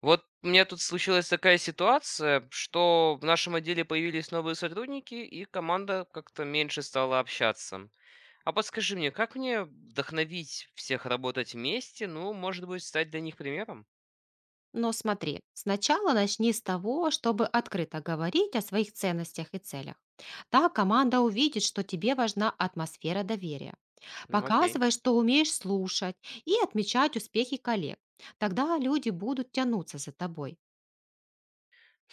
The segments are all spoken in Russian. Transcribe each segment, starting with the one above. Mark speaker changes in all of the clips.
Speaker 1: Вот у меня тут случилась такая ситуация, что в нашем отделе появились новые сотрудники, и команда как-то меньше стала общаться. А подскажи мне, как мне вдохновить всех работать вместе, ну, может быть, стать для них примером?
Speaker 2: Но смотри, сначала начни с того, чтобы открыто говорить о своих ценностях и целях. Так команда увидит, что тебе важна атмосфера доверия.
Speaker 1: Окей.
Speaker 2: Показывай, что умеешь слушать и отмечать успехи коллег. Тогда люди будут тянуться за тобой.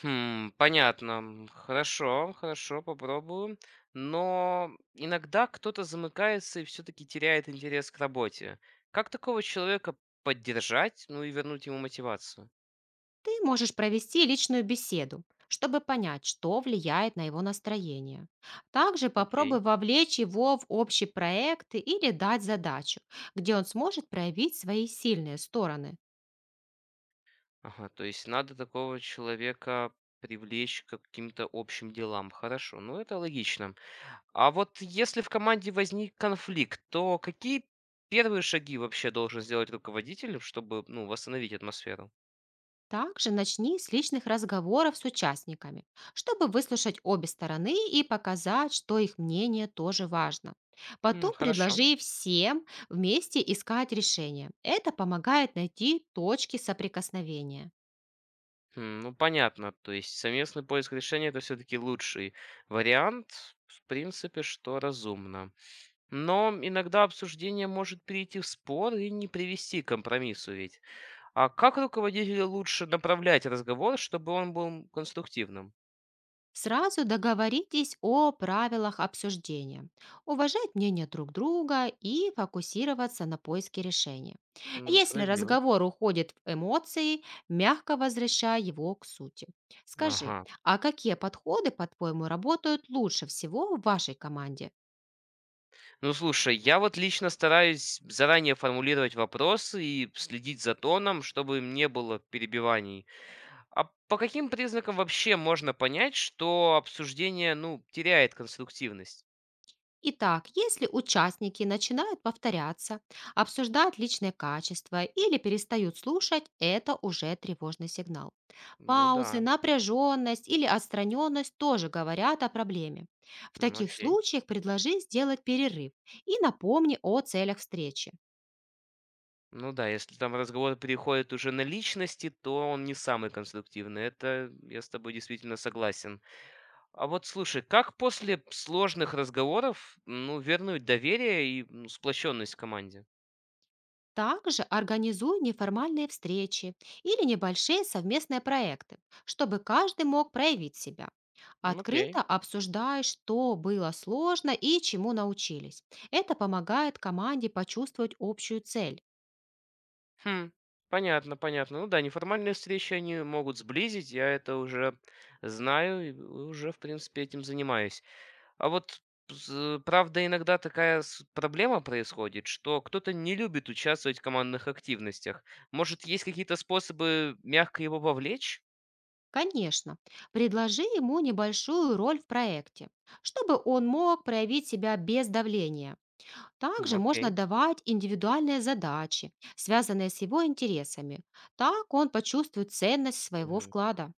Speaker 1: Понятно. Хорошо, хорошо, попробую. Но иногда кто-то замыкается и все-таки теряет интерес к работе. Как такого человека поддержать, ну и вернуть ему мотивацию?
Speaker 2: Ты можешь провести личную беседу, чтобы понять, что влияет на его настроение. Также попробуй
Speaker 1: Окей.
Speaker 2: вовлечь его в общие проекты или дать задачу, где он сможет проявить свои сильные стороны.
Speaker 1: Ага, то есть надо такого человека привлечь к каким-то общим делам. Хорошо, ну это логично. А вот если в команде возник конфликт, то какие первые шаги вообще должен сделать руководитель, чтобы, ну, восстановить атмосферу?
Speaker 2: Также начни с личных разговоров с участниками, чтобы выслушать обе стороны и показать, что их мнение тоже важно. Потом
Speaker 1: Хорошо.
Speaker 2: предложи всем вместе искать решение. Это помогает найти точки соприкосновения.
Speaker 1: Ну, понятно. То есть совместный поиск решения это все-таки лучший вариант, в принципе, что разумно. Но иногда обсуждение может перейти в спор и не привести к компромиссу ведь. А как руководителю лучше направлять разговор, чтобы он был конструктивным?
Speaker 2: Сразу договоритесь о правилах обсуждения, уважать мнение друг друга и фокусироваться на поиске решения. Если
Speaker 1: Справедливо.
Speaker 2: разговор уходит в эмоции, мягко возвращай его к сути. Скажи,
Speaker 1: Ага.
Speaker 2: а какие подходы, по-твоему, работают лучше всего в вашей команде?
Speaker 1: Ну, слушай, я вот лично стараюсь заранее формулировать вопросы и следить за тоном, чтобы не было перебиваний. А по каким признакам вообще можно понять, что обсуждение, ну, теряет конструктивность?
Speaker 2: Итак, если участники начинают повторяться, обсуждать личные качества или перестают слушать, это уже тревожный сигнал.
Speaker 1: Ну
Speaker 2: Паузы,
Speaker 1: да,
Speaker 2: напряженность или отстраненность тоже говорят о проблеме. В таких
Speaker 1: окей.
Speaker 2: случаях предложи сделать перерыв и напомни о целях встречи.
Speaker 1: Ну да, если там разговор переходит уже на личности, то он не самый конструктивный. Это я с тобой действительно согласен. А вот слушай, как после сложных разговоров, ну, вернуть доверие и ну, сплоченность в команде?
Speaker 2: Также организуй неформальные встречи или небольшие совместные проекты, чтобы каждый мог проявить себя.
Speaker 1: Окей.
Speaker 2: Открыто обсуждай, что было сложно и чему научились. Это помогает команде почувствовать общую цель.
Speaker 1: Хм, понятно, понятно. Ну да, неформальные встречи, они могут сблизить, я это уже знаю и уже, в принципе, этим занимаюсь. А вот, правда, иногда такая проблема происходит, что кто-то не любит участвовать в командных активностях. Может, есть какие-то способы мягко его вовлечь?
Speaker 2: Конечно, предложи ему небольшую роль в проекте, чтобы он мог проявить себя без давления. Также можно
Speaker 1: Окей.
Speaker 2: давать индивидуальные задачи, связанные с его интересами. Так он почувствует ценность своего
Speaker 1: Мгм.
Speaker 2: вклада.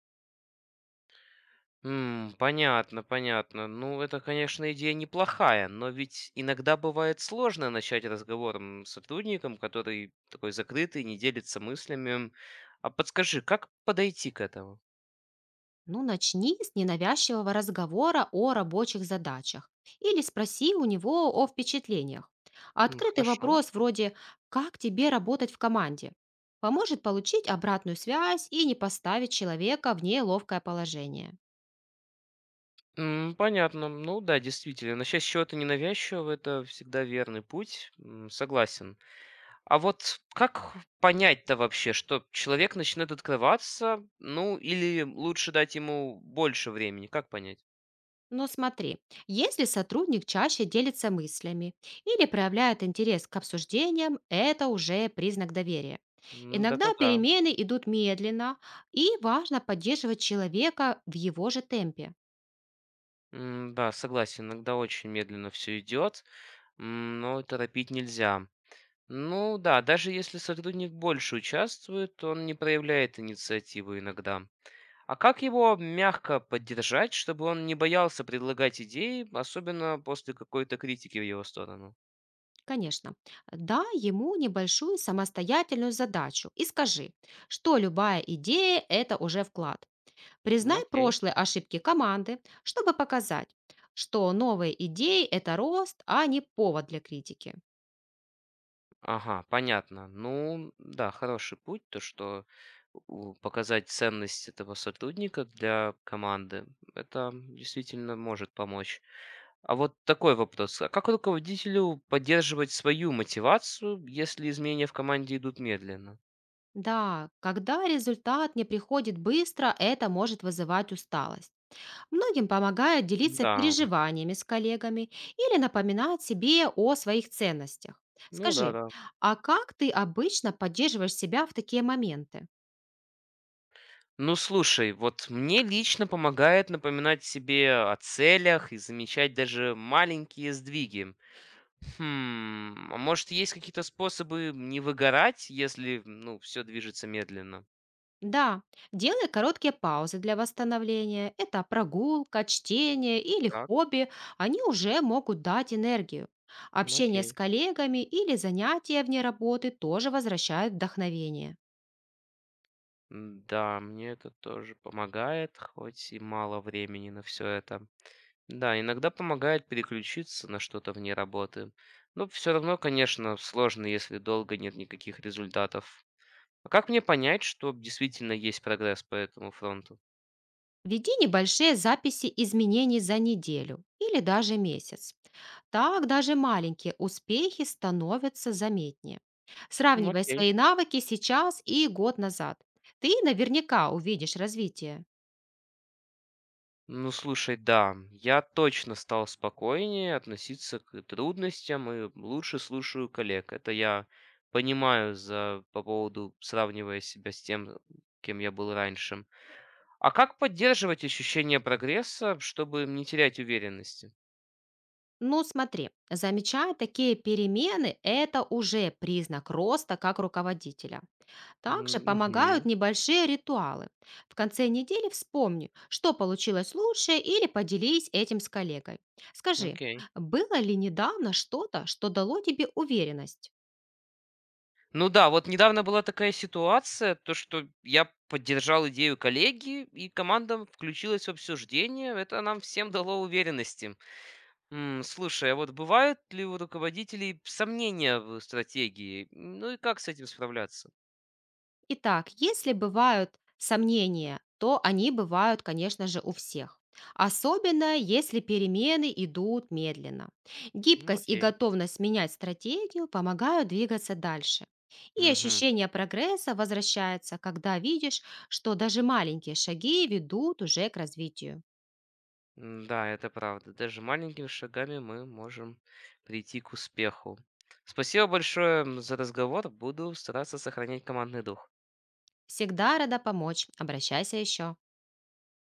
Speaker 1: Понятно, понятно. Ну, это, конечно, идея неплохая, но ведь иногда бывает сложно начать разговор с сотрудником, который такой закрытый, не делится мыслями. А подскажи, как подойти к этому?
Speaker 2: Ну, начни с ненавязчивого разговора о рабочих задачах или спроси у него о впечатлениях. А открытый
Speaker 1: Хорошо.
Speaker 2: вопрос вроде «Как тебе работать в команде?» поможет получить обратную связь и не поставить человека в неловкое положение.
Speaker 1: Понятно. Ну да, действительно. Насчет чего-то ненавязчивого это всегда верный путь. Согласен. А вот как понять-то вообще, что человек начинает открываться? Ну, или лучше дать ему больше времени? Как понять?
Speaker 2: Но смотри, если сотрудник чаще делится мыслями или проявляет интерес к обсуждениям, это уже признак доверия. Иногда
Speaker 1: Да-да-да.
Speaker 2: перемены идут медленно, и важно поддерживать человека в его же темпе.
Speaker 1: Да, согласен, иногда очень медленно все идет, но торопить нельзя. Ну да, даже если сотрудник больше участвует, он не проявляет инициативу иногда. А как его мягко поддержать, чтобы он не боялся предлагать идеи, особенно после какой-то критики в его сторону?
Speaker 2: Конечно. Дай ему небольшую самостоятельную задачу и скажи, что любая идея – это уже вклад. Признай
Speaker 1: Окей.
Speaker 2: прошлые ошибки команды, чтобы показать, что новые идеи – это рост, а не повод для критики.
Speaker 1: Ага, понятно. Ну да, хороший путь, то что показать ценность этого сотрудника для команды, это действительно может помочь. А вот такой вопрос. А как руководителю поддерживать свою мотивацию, если изменения в команде идут медленно?
Speaker 2: Да, когда результат не приходит быстро, это может вызывать усталость. Многим помогает делиться
Speaker 1: Да,
Speaker 2: переживаниями с коллегами или напоминать себе о своих ценностях.
Speaker 1: ну да,
Speaker 2: Скажи,
Speaker 1: да.
Speaker 2: а как ты обычно поддерживаешь себя в такие моменты?
Speaker 1: Ну слушай, вот мне лично помогает напоминать себе о целях и замечать даже маленькие сдвиги. Хм, а может есть какие-то способы не выгорать, если, ну, все движется медленно?
Speaker 2: Да, делай короткие паузы для восстановления. Это прогулка, чтение или
Speaker 1: Так,
Speaker 2: хобби. Они уже могут дать энергию.
Speaker 1: ну
Speaker 2: Общение с
Speaker 1: окей.
Speaker 2: коллегами или занятия вне работы тоже возвращают вдохновение.
Speaker 1: Да, мне это тоже помогает, хоть и мало времени на все это. Да, иногда помогает переключиться на что-то вне работы. Но все равно, конечно, сложно, если долго нет никаких результатов. А как мне понять, что действительно есть прогресс по этому фронту?
Speaker 2: Веди небольшие записи изменений за неделю или даже месяц. Так даже маленькие успехи становятся заметнее.
Speaker 1: Ну,
Speaker 2: Сравнивай
Speaker 1: окей.
Speaker 2: свои навыки сейчас и год назад. Ты наверняка увидишь развитие.
Speaker 1: Ну, слушай, да, я точно стал спокойнее относиться к трудностям и лучше слушаю коллег. Это я понимаю за, по поводу, сравнивая себя с тем, кем я был раньше. А как поддерживать ощущение прогресса, чтобы не терять уверенности?
Speaker 2: Ну смотри, замечая такие перемены, это уже признак роста как руководителя. Также
Speaker 1: М,
Speaker 2: помогают
Speaker 1: мгм.
Speaker 2: небольшие ритуалы. В конце недели вспомни, что получилось лучше или поделись этим с коллегой. Скажи,
Speaker 1: Окей.
Speaker 2: было ли недавно что-то, что дало тебе уверенность?
Speaker 1: Ну да, вот недавно была такая ситуация, то что я поддержал идею коллеги, и команда включилась в обсуждение. Это нам всем дало уверенности. Слушай, а вот бывают ли у руководителей сомнения в стратегии? Ну и как с этим справляться?
Speaker 2: Итак, если бывают сомнения, то они бывают, конечно же, у всех. Особенно, если перемены идут медленно. Гибкость и
Speaker 1: Окей.
Speaker 2: готовность менять стратегию помогают двигаться дальше. И
Speaker 1: Мгм.
Speaker 2: ощущение прогресса возвращается, когда видишь, что даже маленькие шаги ведут уже к развитию.
Speaker 1: Да, это правда. Даже маленькими шагами мы можем прийти к успеху. Спасибо большое за разговор. Буду стараться сохранять командный дух.
Speaker 2: Всегда рада помочь. Обращайся еще.